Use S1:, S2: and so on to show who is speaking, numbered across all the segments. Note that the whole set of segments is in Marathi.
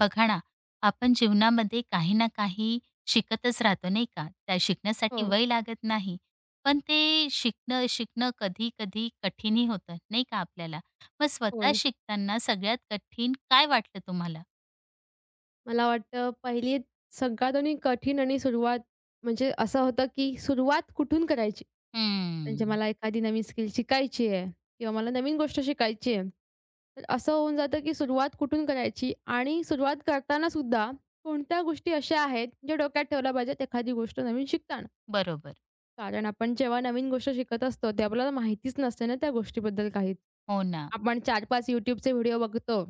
S1: बघा ना, आपण जीवनामध्ये काही ना काही शिकतच राहतो, नाही का? त्या शिकण्यासाठी
S2: हो,
S1: वय लागत नाही. पण ते शिकणं शिकणं कधी-कधी कठीणही होतं, नाही का आपल्याला? मग स्वतः
S2: होय.
S1: शिकताना सगळ्यात कठीण काय वाटलं तुम्हाला?
S2: मला वाटतं पहिली सगळ्यात आणि कठीण आणि सुरुवात म्हणजे असं होतं, की सुरुवात कुठून करायची? म्हणजे
S1: हम्म.
S2: मला एखादी नवीन स्किल शिकायची आहे किंवा मला नवीन गोष्ट शिकायची आहे. तर असं होऊन जातं, की सुरुवात कुठून करायची? आणि सुरुवात करताना सुद्धा कोणत्या गोष्टी अशा आहेत, ज्या डोक्यात ठेवल्या पाहिजेत एखादी गोष्ट नवीन शिकताना?
S1: बरोबर.
S2: कारण आपण जेव्हा नवीन गोष्ट शिकत असतो, ते आपल्याला माहितीच नसते ना त्या गोष्टीबद्दल काहीच.
S1: हो ना.
S2: आपण 4-5 YouTubeचे व्हिडिओ बघतो.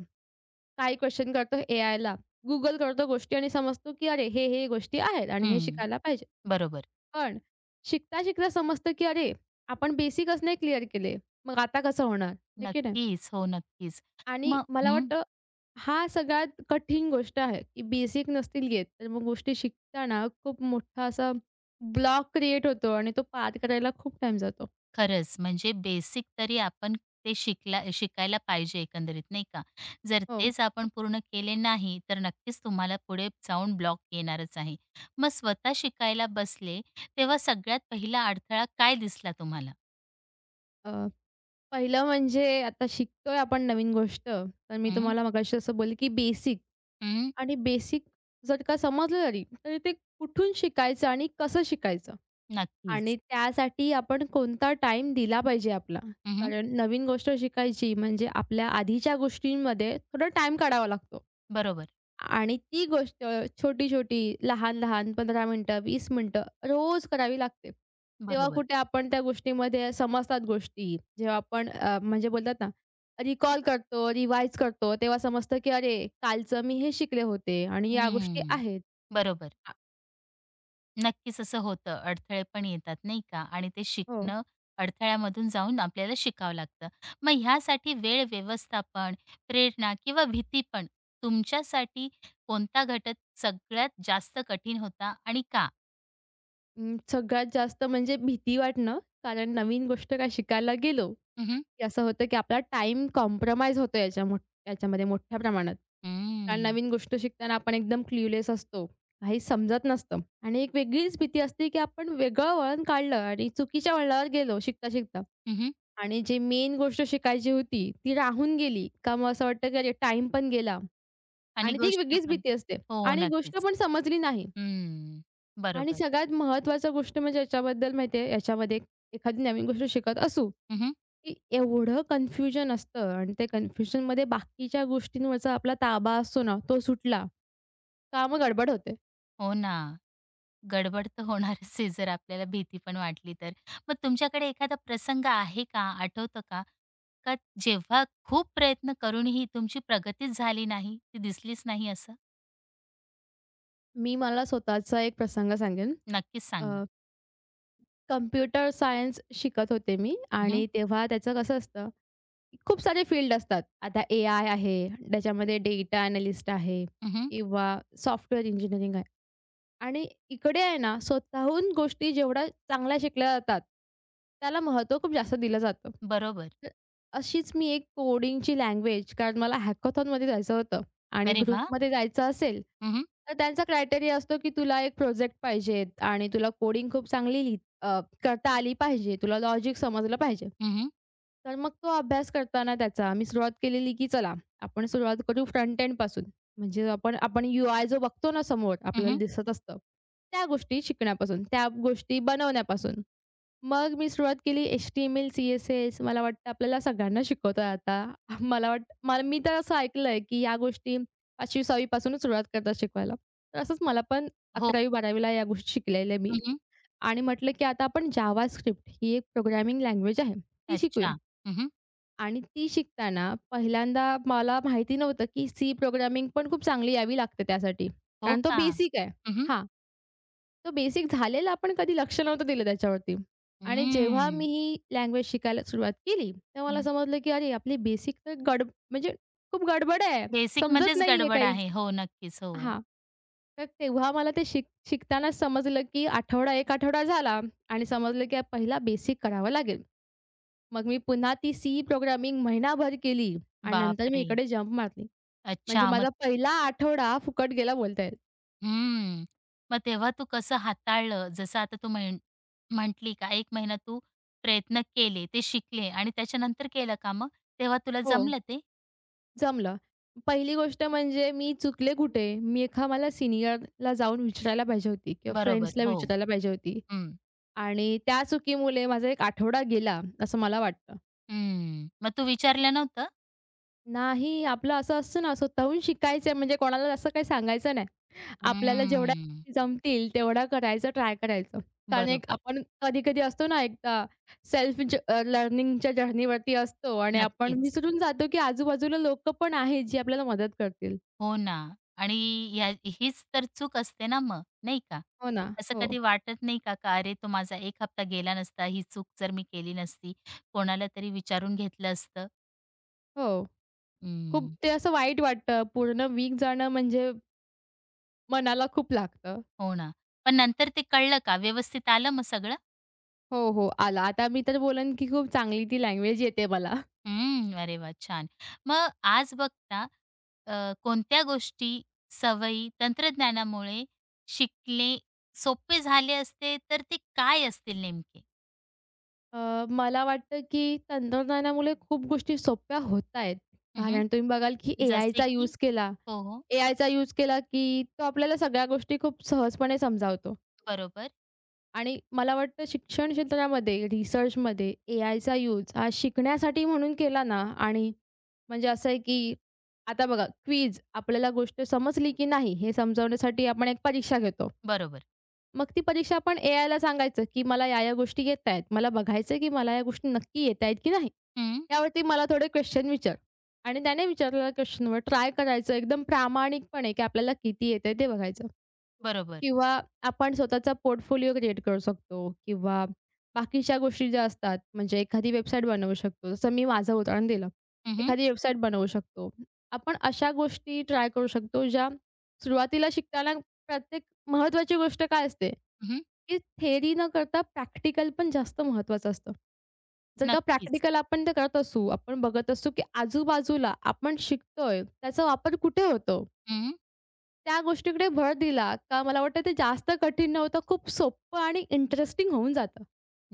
S2: काही क्वेशन करतो एआयला. Google करतो गोष्टी आणि समजतो, की अरे हे गोष्टी आहेत आणि हे
S1: हं.
S2: शिकायला पाहिजे.
S1: बरोबर.
S2: पण शिकता-शिकता समजतं, की अरे आपण बेसिकच नाही क्लिअर केले. मग आता कसं होणार? आहे की नाही?
S1: नक्कीच. हो, नक्कीच.
S2: आणि
S1: मग
S2: मला वाटतं हा सगळ्यात कठीण गोष्ट आहे, की बेसिक नसतील येत, तर मग गोष्टी शिकताना खूप मोठा असा ब्लॉक क्रिएट होतो आणि तो पार करायला खूप टाईम जातो.
S1: खरंच, म्हणजे बेसिक तरी आपण ते शिकायला पाहिजे एकंदरीत, नाही का? जर
S2: हो.
S1: तेच आपण पूर्ण केले नाही, तर नक्कीच तुम्हाला पुढे जाऊन ब्लॉक येणारच आहे. मग स्वतः शिकायला बसले, तेव्हा सगळ्यात पहिला अडथळा काय दिसला तुम्हाला?
S2: अ, पहिलं म्हणजे आता शिकतोय आपण नवीन गोष्ट, तर मी
S1: हं,
S2: तुम्हाला मगाशी असं बोलले, की बेसिक.
S1: हं,
S2: आणि बेसिक जर का समजलं जरी, तरी ते कुठून शिकायचं आणि कसं शिकायचं? आणि
S1: नक्कीच.
S2: त्यासाठी आपण कोणता टाइम दिला पाहिजे आपला.
S1: हं,
S2: कारण नवीन गोष्ट शिकायची म्हणजे आपल्या आधीच्या गोष्टींमध्ये थोडा टाइम काढावा लागतो.
S1: बरोबर,
S2: आणि ती गोष्ट छोटी-छोटी, लहान-लहान 15 मिनिटं, 20 मिनिटं रोज करावी लागते. तेव्हा
S1: बरोबर.
S2: कुठे आपण त्या गोष्टीमध्ये समजतात गोष्टी. जेव्हा आपण म्हणजे बोलतात ना, रिकॉल करतो, रिवाइज करतो, तेव्हा समजतं की "अरे, कालचं मी हे शिकले होते आणि या गोष्टी
S1: हं,
S2: आहेत."
S1: बरोबर.
S2: आ
S1: नक्कीच असं होतं. अडथळे पण येतात नाही का? आणि ते
S2: हो.
S1: शिकणं अडथळ्यामधून जाऊन आपल्याला शिकावं लागतं. मग ह्यासाठी वेळ व्यवस्थापन, प्रेरणा किंवा भीती पण तुमच्यासाठी कोणता घटक सगळ्यात जास्त कठीण होता आणि का?
S2: सगळ्यात जास्त म्हणजे भीती वाटणं, कारण नवीन गोष्ट काय शिकायला गेलो,
S1: हं, हं.
S2: की असं होतं की आपला टाईम कॉम्प्रोमाईज होतो याच्यामध्ये मोठ्या प्रमाणात. कारण
S1: हं.
S2: नवीन गोष्ट शिकताना आपण एकदम क्लूलेस असतो. काही समजत नसतं आणि एक वेगळीच भीती असते की आपण वेगळं वळण काढलं आणि चुकीच्या वळणावर गेलो शिकता-शिकता आणि जे मेन गोष्ट शिकायची होती ती राहून गेली का मग असं वाटतं की अरे टाईम पण गेला
S1: आणि
S2: आणि ती एक
S1: गोष्ट
S2: वेगळीच
S1: पण.
S2: भीती असते
S1: हो,
S2: आणि गोष्ट
S1: नक्कीच.
S2: पण समजली नाही
S1: हं.
S2: आणि
S1: बरोबर.
S2: सगळ्यात महत्त्वाची गोष्ट म्हणजे याच्याबद्दल माहिती आहे, याच्यामध्ये एखादी नवीन गोष्ट शिकत असू
S1: हं,
S2: की एवढं कन्फ्युजन असतं आणि ते कन्फ्युजनमध्ये बाकीच्या गोष्टींवरचा आपला ताबा असतो ना, तो सुटला, का मग गडबड होते.
S1: हो ना. गडबड तर होणारच आहे जर आपल्याला भीती पण वाटली तर. मग तुमच्याकडे एखादा प्रसंग आहे का? आठवतं का? का जेव्हा खूप प्रयत्न करूनही तुमची प्रगतीच झाली नाही, ती दिसलीच नाही असं?
S2: मला स्वतःचा एक प्रसंग सांगेन.
S1: नक्कीच
S2: अ,
S1: सांगा.
S2: कॉम्प्युटर सायन्स शिकत होते मी
S1: हं, हं.
S2: आणि तेव्हा त्याचं कसं असतं, की खूप सारे फील्ड असतात. आता एआय आहे, त्याच्यामध्ये डेटा एनालिस्ट आहे किंवा सॉफ्टवेअर इंजिनिअरिंग आहे. आणि इकडे आहे ना, स्वतःहून गोष्टी जेवढ्या चांगल्या शिकल्या जातात, त्याला महत्त्व खूप जास्त दिलं जातं.
S1: बरोबर.
S2: तर अशीच मी एक कोडिंगची लँग्वेज कारण मला हॅकॉथॉनमध्ये जायचं होतं आणि
S1: अरे वा?
S2: ग्रुपमध्ये जायचं असेल,
S1: हं, हं.
S2: तर त्यांचा क्रायटेरिया असतो, की तुला एक प्रोजेक्ट पाहिजे आणि तुला कोडिंग खूप चांगली करता आली पाहिजे. तुला लॉजिक समजलं पाहिजे.
S1: हं,
S2: तर मग तो अभ्यास करताना त्याचा मी सुरुवात केलेली, की चला आपण सुरुवात करू फ्रंट एंडपासून. म्हणजे आपण आपण UI जो बघतो ना समोर आपल्याला दिसत असतं, त्या गोष्टी शिकण्यापासून, त्या गोष्टी बनवण्यापासून. मग मी सुरुवात केली HTML, CSS. मला वाटतं आपल्याला सगळ्यांना शिकवतात आता. मला वाटतं मी तर असं ऐकलंय, की या गोष्टी 5वी-6वी पासूनच सुरुवात करतात शिकवायला. तर असंच मला पण
S1: हो.
S2: 11वी-12वी या गोष्टी शिकलेल्या मी
S1: हं,
S2: आणि म्हटलं, की आता आपण जावास्क्रिप्ट ही एक प्रोग्रामिंग लँग्वेज आहे, ती शिकूया.
S1: अच्छा. हं,
S2: आणि ती शिकताना पहिल्यांदा मला माहिती नव्हतं, की सी प्रोग्रामिंग पण खूप चांगली यावी लागते त्यासाठी.
S1: हो
S2: कारण तो
S1: का?
S2: बेसिक आहे.
S1: हं, हं.
S2: हां, तो बेसिक झालेला पण कधी लक्ष नव्हतं दिलं त्याच्यावरती. आणि जेव्हा मी
S1: हम्म.
S2: ही लँग्वेज शिकायला सुरुवात केली, तेव्हा मला
S1: हं.
S2: समजलं, की अरे आपली बेसिक तर म्हणजे खूप गडबड आहे. समजत
S1: बेसिकमध्येच
S2: नाहीये
S1: गडबड
S2: काहीच.
S1: आहे. हो, नक्कीच. हो.
S2: हां, तर तेव्हा मला ते शिकतानाच समजलं, की 1 आठवडा झाला आणि समजलं, की पहिला बेसिक करावा लागेल. मग मी पुन्हा ती सी प्रोग्रामिंग महिनाभर केली आणि नंतर मी
S1: बापरे!
S2: इकडे जंप मारली. म्हणजे
S1: अच्छा. मग
S2: माझा पहिला आठवडा फुकट गेला बोलता येईल.
S1: हम्म. मग तेव्हा तू कसं हाताळलं? जसं आता तू म्हण म्हटली का एक महिना तू प्रयत्न केले, ते शिकले आणि त्याच्यानंतर केलं का मग? तेव्हा तुला
S2: हो,
S1: जमलं ते?
S2: जमलं. पहिली गोष्ट म्हणजे मी चुकले कुठे? मी मला सीनियरला जाऊन विचारायला पाहिजे होती किंवा
S1: बरोबर.
S2: फ्रेंड्सला
S1: हो.
S2: विचारायला पाहिजे होती
S1: हं.
S2: आणि त्या चुकीमुळे माझा एक आठवडा गेला असं मला वाटतं.
S1: हं. मग तू विचारलं नव्हतं?
S2: नाही, आपलं असं असतं ना, स्वतःहून शिकायचं आहे म्हणजे कोणाला असं काही सांगायचं नाही. आपल्याला जेवढ्या
S1: हम्म.
S2: गोष्टी जमतील तेवढा करायचं ट्राय करायचं. कारण एक
S1: बरोबर.
S2: आपण कधी-कधी असतो ना, एकदा सेल्फ लर्निंगच्या जर्नीवरती असतो आणि आपण
S1: नक्कीच.
S2: विसरून जातो, की आजूबाजूला लोकं पण आहेत जी आपल्याला मदत करतील.
S1: हो ना. आणि हीच तर चूक असते ना मग, नाही का?
S2: हो ना.
S1: असं
S2: हो.
S1: कधी वाटत नाही का, का "अरे, तो माझा 1 हप्ता गेला नसता, ही चूक जर मी केली नसती, कोणाला तरी विचारून घेतलं असतं."
S2: हो. खूप
S1: हं.
S2: ते असं वाईट वाटतं. पूर्ण वीक जाणं म्हणजे मनाला खूप लागतं.
S1: हो ना. पण नंतर ते कळलं का? व्यवस्थित आलं मग सगळं?
S2: हो, हो. आला. आता मी तर बोलेन, की खूप चांगली ती लँग्वेज येते मला.
S1: हं. अरे वाह! छान. मग आज बघता कोणत्या गोष्टी, सवयी तंत्रज्ञानामुळे शिकले सोपे झाले असते, तर ते काय असतील नेमके?
S2: मला वाटतं की तंत्रज्ञानामुळे खूप गोष्टी सोप्या होत आहेत.
S1: हं,
S2: कारण तुम्ही बघाल की
S1: जसे
S2: एआयचा
S1: की
S2: यूज केला.
S1: हो, हो.
S2: एआयचा यूज केला की तो आपल्याला सगळ्या गोष्टी खूप सहजपणे समजावतो
S1: बरोबर,
S2: आणि मला वाटतं शिक्षण क्षेत्रामध्ये, रिसर्चमध्ये एआयचा यूज हा शिकण्यासाठी म्हणून केला ना आणि म्हणजे असं आहे की आता बघा क्विज आपल्याला गोष्ट समजली की नाही हे समजवण्यासाठी आपण एक परीक्षा घेतो.
S1: बरोबर.
S2: मग ती परीक्षा आपण एआयला सांगायचं, की मला या-या गोष्टी येतायत. मला बघायचंय, की मला या गोष्टी नक्की येतायत की नाही.
S1: हं.
S2: त्यावरती मला थोडे क्वेश्चन विचार आणि त्याने विचारलेल्या क्वेश्चनवर ट्राय करायचं एकदम प्रामाणिकपणे, की आपल्याला किती येतंय ते बघायचं.
S1: बरोबर.
S2: किंवा आपण स्वतःचा पोर्टफोलिओ क्रिएट करू शकतो किंवा बाकीच्या गोष्टी ज्या असतात म्हणजे एखादी वेबसाईट बनवू शकतो. जसं मी माझं उदाहरण दिलं.
S1: हं, हं.
S2: एखादी वेबसाईट बनवू शकतो. आपण अशा गोष्टी ट्राय करू शकतो ज्या सुरुवातीला शिकताना प्रत्येक महत्त्वाची गोष्ट काय असते, की थिअरी न करता प्रॅक्टिकल पण जास्त महत्त्वाचं असतं. जर का
S1: नक्कीच.
S2: प्रॅक्टिकल आपण ते करत असू, आपण बघत असू, की आजूबाजूला आपण शिकतोय त्याचा वापर कुठे होतो? त्या गोष्टीकडे भर दिला का मला वाटतं ते जास्त कठीण नव्हतं. खूप सोपं आणि इंटरेस्टिंग होऊन जातं.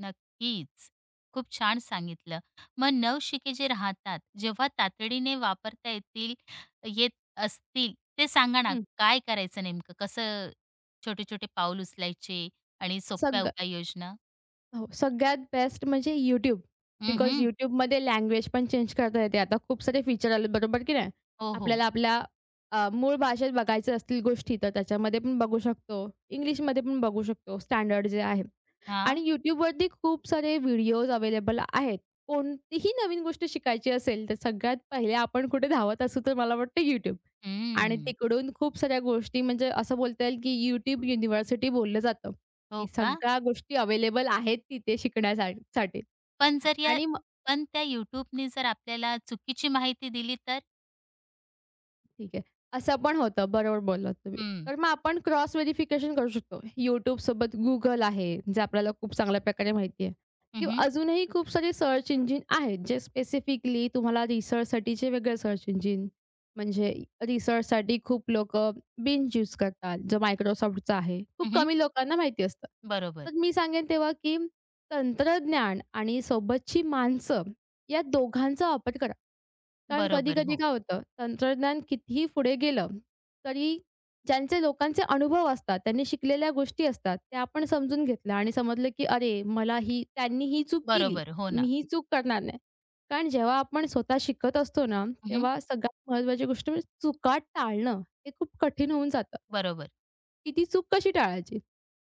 S1: नक्कीच. खूप छान सांगितलं. मग नवशिके जे राहतात, जेव्हा तातडीने वापरता येतील येत असतील, ते सांगा ना,
S2: हं.
S1: काय करायचं नेमकं? कसं छोटे-छोटे पाऊल उचलायचे आणि सोप्या
S2: सग
S1: उपाययोजना?
S2: हो, सगळ्यात बेस्ट म्हणजे YouTube. हं. बिकॉज
S1: हं,
S2: YouTubeमध्ये लँग्वेज पण चेंज करता येते. आता खूप सारे फीचर आले बरोबर की नाही?
S1: हो, हो.
S2: आपल्याला आपल्या मूळ भाषेत बघायचं असतील गोष्टी तर त्याच्यामध्ये पण बघू शकतो. इंग्लिशमध्ये पण बघू शकतो स्टँडर्ड जे आहे. आणि
S1: हां.
S2: YouTubeवरती खूप सारे व्हिडिओज अवेलेबल आहेत. कोणतीही नवीन गोष्ट शिकायची असेल, तर सगळ्यात पहिले आपण कुठे धावत असू, तर मला वाटतं YouTube. आणि
S1: हं.
S2: तिकडून खूप साऱ्या गोष्टी म्हणजे असं बोलता येईल, की YouTube युनिव्हर्सिटी बोललं जातं,
S1: हो
S2: की
S1: का?
S2: सगळ्या गोष्टी अवेलेबल आहेत तिथे
S1: पण जर या
S2: आणि
S1: पण त्या YouTubeनी जर आपल्याला चुकीची माहिती दिली तर?
S2: ठीक आहे. असं पण होतं. बरोबर बोललात तुम्ही.
S1: हं.
S2: तर मग आपण क्रॉस व्हेरिफिकेशन करू शकतो. YouTube सोबत Google आहे, जे आपल्याला खूप चांगल्या प्रकारे माहिती आहे
S1: हं,
S2: किंवा
S1: हं.
S2: अजूनही खूप सारे सर्च इंजिन आहेत, जे स्पेसिफिकली तुम्हाला रिसर्चसाठीचे वेगळे सर्च इंजिन म्हणजे रिसर्चसाठी खूप लोकं Bing यूज करतात, जो Microsoftचा आहे. खूप कमी लोकांना माहिती असतं.
S1: बरोबर.
S2: तर मी सांगेन तेव्हा, की तंत्रज्ञान आणि सोबतची माणसं या दोघांचा वापर करा. कारण
S1: बरोबर.
S2: कधी-कधी
S1: हो.
S2: काय होतं, तंत्रज्ञान कितीही पुढे गेलं, तरी ज्यांचे लोकांचे अनुभव असतात, त्यांनी शिकलेल्या गोष्टी असतात, त्या आपण समजून घेतल्या आणि समजलं की "अरे, मला ही त्यांनी ही चूक केली,
S1: बरोबर. हो
S2: मी
S1: ना.
S2: ही चूक करणार नाही." कारण जेव्हा आपण स्वतः शिकत असतो ना,
S1: हं,
S2: तेव्हा सगळ्यात महत्त्वाची गोष्ट म्हणजे चुका टाळणं, हे खूप कठीण होऊन जातं.
S1: बरोबर.
S2: की ती चूक कशी टाळायची?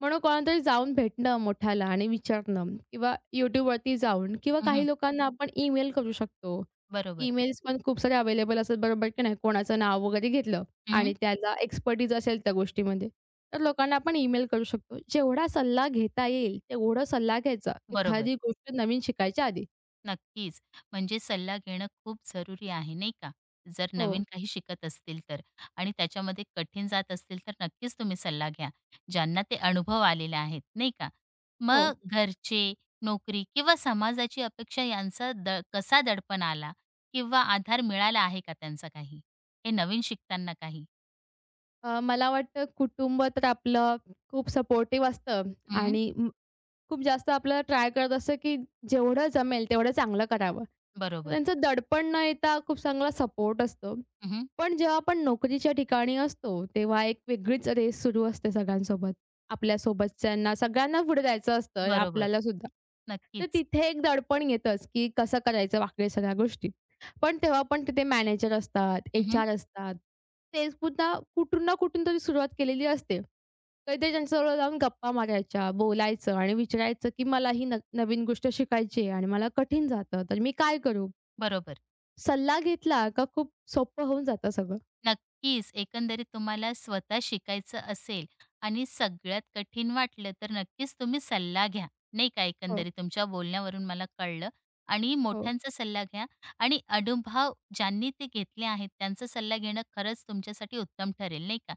S2: म्हणून कोणालातरी जाऊन भेटणं मोठ्याला आणि विचारणं किंवा YouTubeवरती जाऊन किंवा
S1: हं,
S2: काही लोकांना आपण ईमेल करू शकतो.
S1: बरोबर.
S2: ईमेल्स पण खूप सारे अवेलेबल असतात बरोबर की नाही? कोणाचं नाव वगैरे घेतलं
S1: हं,
S2: आणि त्याला एक्सपर्टीज असेल त्या गोष्टीमध्ये, तर लोकांना आपण ईमेल करू शकतो. जेवढा सल्ला घेता येईल तेवढा सल्ला घ्यायचा,
S1: बरोबर.
S2: एखादी गोष्ट नवीन शिकायच्या आधी.
S1: नक्कीच. म्हणजे सल्ला घेणं खूप जरुरी आहे, नाही का? जर
S2: हो,
S1: नवीन काही शिकत असतील तर आणि त्याच्यामध्ये कठीण जात असतील, तर नक्कीच तुम्ही सल्ला घ्या, ज्यांना ते अनुभव आलेले आहेत, नाही का? मग
S2: हो.
S1: घरचे, नोकरी किंवा समाजाची अपेक्षा यांचा द कसा दडपण आला किंवा आधार मिळाला आहे का त्यांचा काही? हे नवीन शिकताना काही?
S2: मला वाटतं कुटुंब तर आपलं खूप सपोर्टिव्ह असतं
S1: हं,
S2: आणि खूप जास्त आपल्याला ट्राय करत असतं, की जेवढं जमेल तेवढं चांगलं करावं. तर
S1: बरोबर.
S2: त्यांचं दडपण न येता खूप चांगला सपोर्ट असतो.
S1: हं,
S2: पण जेव्हा आपण नोकरीच्या ठिकाणी असतो, तेव्हा एक वेगळीच रेस सुरू असते सगळ्यांसोबत. आपल्या सोबतच्यांना सगळ्यांना पुढे जायचं असतं,
S1: बरोबर.
S2: आपल्याला सुद्धा. तर
S1: नक्कीच.
S2: तिथे एक दडपण येतंच, की कसं करायचं बाकी सगळ्या गोष्टी. पण तेव्हा पण तिथे मॅनेजर असतात,
S1: हं.
S2: HR असतात. ते सुद्धा कुठून ना कुठून तरी सुरुवात केलेली असते. कधीतरी त्यांच्याजवळ जाऊन गप्पा मारायच्या, बोलायचं आणि विचारायचं, की "मला ही नवीन गोष्ट शिकायची आहे आणि मला कठीण जातं, तर मी काय करू?"
S1: बरोबर.
S2: सल्ला घेतला का खूप सोपं होऊन जातं सगळं.
S1: नक्कीच. एकंदरीत तुम्हाला स्वतः शिकायचं असेल आणि सगळ्यात कठीण वाटलं, तर नक्कीच तुम्ही सल्ला घ्या, नाही का.
S2: हो,
S1: एकंदरीत तुमच्या बोलण्यावरून मला कळलं आणि
S2: हो.
S1: मोठ्यांचा सल्ला घ्या आणि अनुभव ज्यांनी ते घेतले आहेत, त्यांचा सल्ला घेणं खरंच तुमच्यासाठी उत्तम ठरेल, नाही का.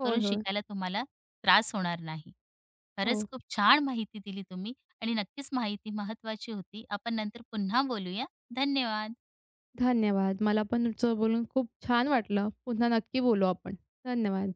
S2: होय, होय.
S1: शिकायला तुम्हाला त्रास होणार नाही.
S2: हो.
S1: खरंच खूप छान माहिती दिली तुम्ही आणि नक्कीच माहिती महत्त्वाची होती. आपण नंतर पुन्हा बोलूया. धन्यवाद.
S2: धन्यवाद. मला पण तुमचं बोलून खूप छान वाटलं. पुन्हा नक्की बोलू आपण. धन्यवाद.